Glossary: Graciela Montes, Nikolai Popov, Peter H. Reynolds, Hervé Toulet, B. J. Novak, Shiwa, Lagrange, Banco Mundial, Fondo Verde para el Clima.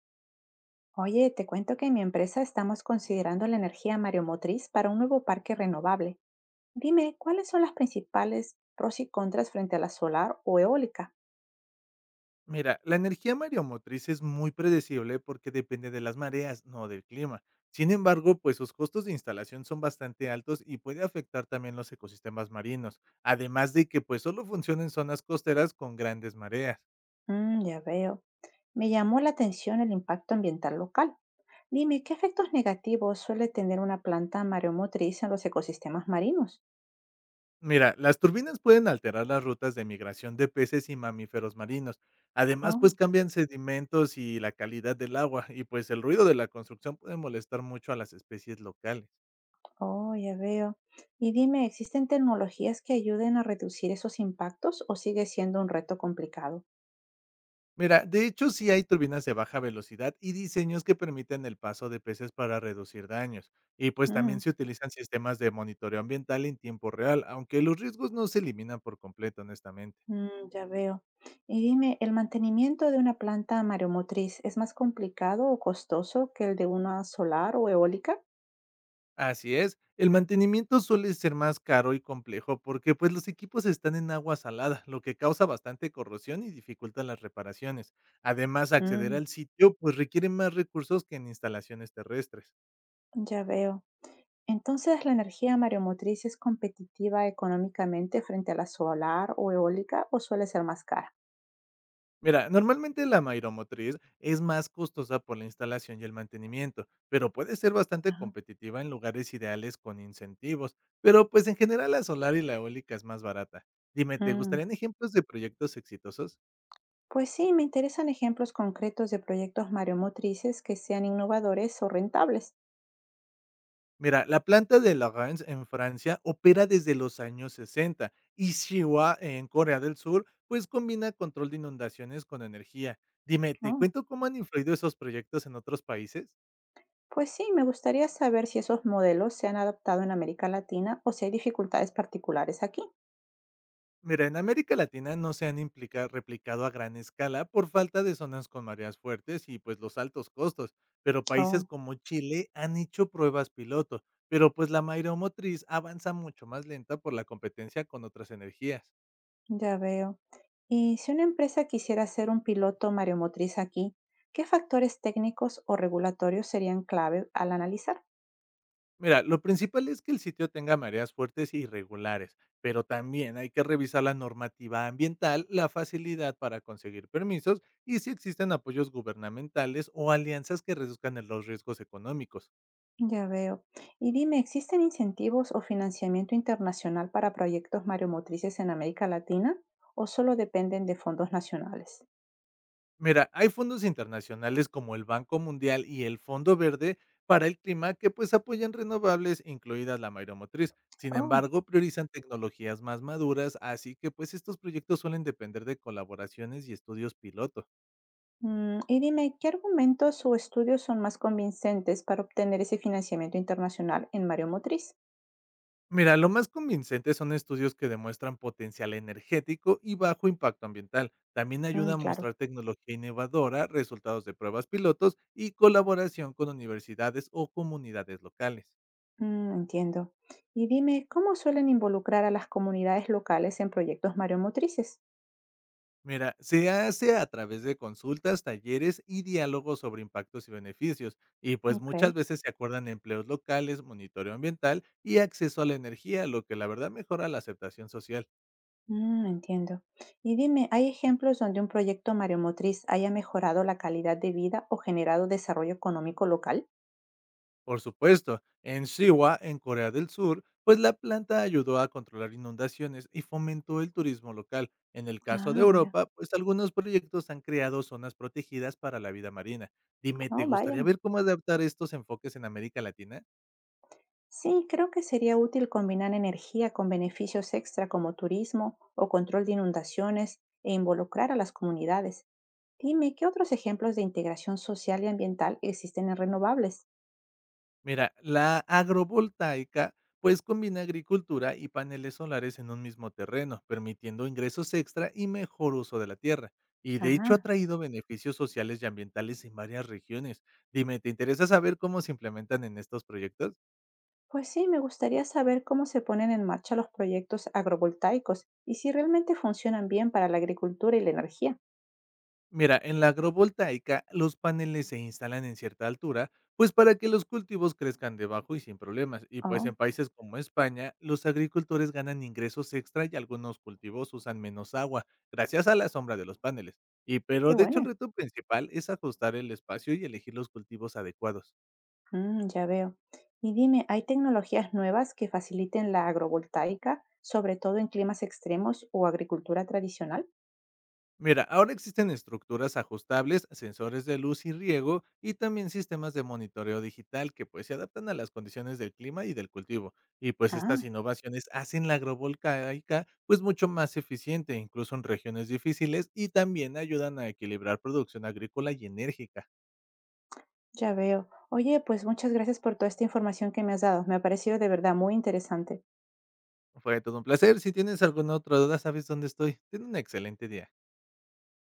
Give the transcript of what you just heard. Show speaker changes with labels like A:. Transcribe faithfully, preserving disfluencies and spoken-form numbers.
A: Oye, te cuento que en mi empresa estamos considerando la energía mareomotriz para un nuevo parque renovable. Dime, ¿cuáles son las principales pros y contras frente a la solar o eólica?
B: Mira, la energía mareomotriz es muy predecible porque depende de las mareas, no del clima. Sin embargo, pues sus costos de instalación son bastante altos y puede afectar también los ecosistemas marinos, además de que pues solo funciona en zonas costeras con grandes mareas.
A: Mm, ya veo. Me llamó la atención el impacto ambiental local. Dime, ¿qué efectos negativos suele tener una planta mareomotriz en los ecosistemas marinos?
B: Mira, las turbinas pueden alterar las rutas de migración de peces y mamíferos marinos. Además,
A: Oh,
B: pues cambian sedimentos y la calidad del agua y pues el ruido de la construcción puede molestar mucho a las especies locales.
A: oh, ya veo. Y dime, ¿existen tecnologías que ayuden a reducir esos impactos o sigue siendo un reto complicado?
B: Mira, de hecho sí hay turbinas de baja velocidad y diseños que permiten el paso de peces para reducir daños. Y pues también
A: Mm.
B: se utilizan sistemas de monitoreo ambiental en tiempo real, aunque los riesgos no se eliminan por completo, honestamente.
A: Mm, ya veo. Y dime, ¿el mantenimiento de una planta mareomotriz es más complicado o costoso que el de una solar o eólica?
B: Así es, el mantenimiento suele ser más caro y complejo porque pues los equipos están en agua salada, lo que causa bastante corrosión y dificulta las reparaciones. Además, acceder
A: Mm,
B: al sitio pues requiere más recursos que en instalaciones terrestres.
A: ya veo. Entonces, ¿la energía mareomotriz es competitiva económicamente frente a la solar o eólica o suele ser más cara?
B: Mira, normalmente la mairomotriz es más costosa por la instalación y el mantenimiento, pero puede ser bastante
A: Ajá.
B: competitiva en lugares ideales con incentivos. Pero pues en general la solar y la eólica es más barata. Dime, ¿te
A: Mm,
B: gustarían ejemplos de proyectos exitosos?
A: pues sí, me interesan ejemplos concretos de proyectos mareomotrices que sean innovadores o rentables.
B: Mira, la planta de Lagrange en Francia opera desde los años sesenta y Shiwa en Corea del Sur pues combina control de inundaciones con energía. Dime, ¿te cuento cómo han influido esos proyectos en otros países?
A: Pues sí, me gustaría saber si esos modelos se han adaptado en América Latina o si hay dificultades particulares aquí.
B: Mira, en América Latina no se han implica- replicado a gran escala por falta de zonas con mareas fuertes y pues los altos costos, pero países
A: Oh,
B: como Chile han hecho pruebas piloto, pero pues la mareomotriz avanza mucho más lenta por la competencia con otras energías.
A: ya veo. Y si una empresa quisiera ser un piloto mareomotriz aquí, ¿qué factores técnicos o regulatorios serían clave al analizar?
B: Mira, lo principal es que el sitio tenga mareas fuertes y regulares, pero también hay que revisar la normativa ambiental, la facilidad para conseguir permisos y si existen apoyos gubernamentales o alianzas que reduzcan los riesgos económicos.
A: Ya veo. Y dime, ¿existen incentivos o financiamiento internacional para proyectos mareomotrices en América Latina o solo dependen de fondos nacionales?
B: Mira, hay fondos internacionales como el Banco Mundial y el Fondo Verde para el clima que pues apoyan renovables, incluidas la mayomotriz. Sin
A: Oh.
B: embargo, priorizan tecnologías más maduras, así que pues estos proyectos suelen depender de colaboraciones y estudios piloto.
A: Mm, y dime, ¿qué argumentos o estudios son más convincentes para obtener ese financiamiento internacional en Mario Motriz?
B: Mira, lo más convincente son estudios que demuestran potencial energético y bajo impacto ambiental. También
A: Mm,
B: ayuda a
A: claro.
B: mostrar tecnología innovadora, resultados de pruebas pilotos y colaboración con universidades o comunidades locales.
A: Mm, entiendo. Y dime, ¿cómo suelen involucrar a las comunidades locales en proyectos mariomotrices?
B: Mira, se hace a través de consultas, talleres y diálogos sobre impactos y beneficios. Y pues
A: Ok,
B: muchas veces se acuerdan empleos locales, monitoreo ambiental y acceso a la energía, lo que la verdad mejora la aceptación social.
A: mm, entiendo. Y dime, ¿hay ejemplos donde un proyecto mariomotriz haya mejorado la calidad de vida o generado desarrollo económico local?
B: Por supuesto, en Shiwa, en Corea del Sur, pues la planta ayudó a controlar inundaciones y fomentó el turismo local. En el caso de
A: Ah, mira,
B: Europa, pues algunos proyectos han creado zonas protegidas para la vida marina. Dime, ¿te
A: no,
B: gustaría
A: vaya.
B: ver cómo adaptar estos enfoques en América Latina?
A: Sí, creo que sería útil combinar energía con beneficios extra como turismo o control de inundaciones e involucrar a las comunidades. Dime, ¿qué otros ejemplos de integración social y ambiental existen en renovables?
B: Mira, la agrovoltaica pues combina agricultura y paneles solares en un mismo terreno, permitiendo ingresos extra y mejor uso de la tierra. Y de hecho ha
A: Ajá.
B: traído beneficios sociales y ambientales en varias regiones. Dime, ¿te interesa saber cómo se implementan en estos proyectos?
A: Pues sí, me gustaría saber cómo se ponen en marcha los proyectos agrovoltaicos y si realmente funcionan bien para la agricultura y la energía.
B: Mira, en la agrovoltaica los paneles se instalan en cierta altura, pues para que los cultivos crezcan debajo y sin problemas. Y pues
A: Oh,
B: en países como España, los agricultores ganan ingresos extra y algunos cultivos usan menos agua, gracias a la sombra de los paneles. Y
A: qué
B: pero de hecho el
A: bueno.
B: reto principal es ajustar el espacio y elegir los cultivos adecuados.
A: Mm, ya veo. Y dime, ¿hay tecnologías nuevas que faciliten la agrovoltaica, sobre todo en climas extremos o agricultura tradicional?
B: Mira, ahora existen estructuras ajustables, sensores de luz y riego y también sistemas de monitoreo digital que pues se adaptan a las condiciones del clima y del cultivo. Y pues estas
A: Ah,
B: innovaciones hacen la agrovolcaica pues mucho más eficiente incluso en regiones difíciles y también ayudan a equilibrar producción agrícola y enérgica.
A: ya veo. Oye, pues muchas gracias por toda esta información que me has dado. Me ha parecido de verdad muy interesante.
B: Fue todo un placer. Si tienes alguna otra duda, sabes dónde estoy. Ten un excelente día.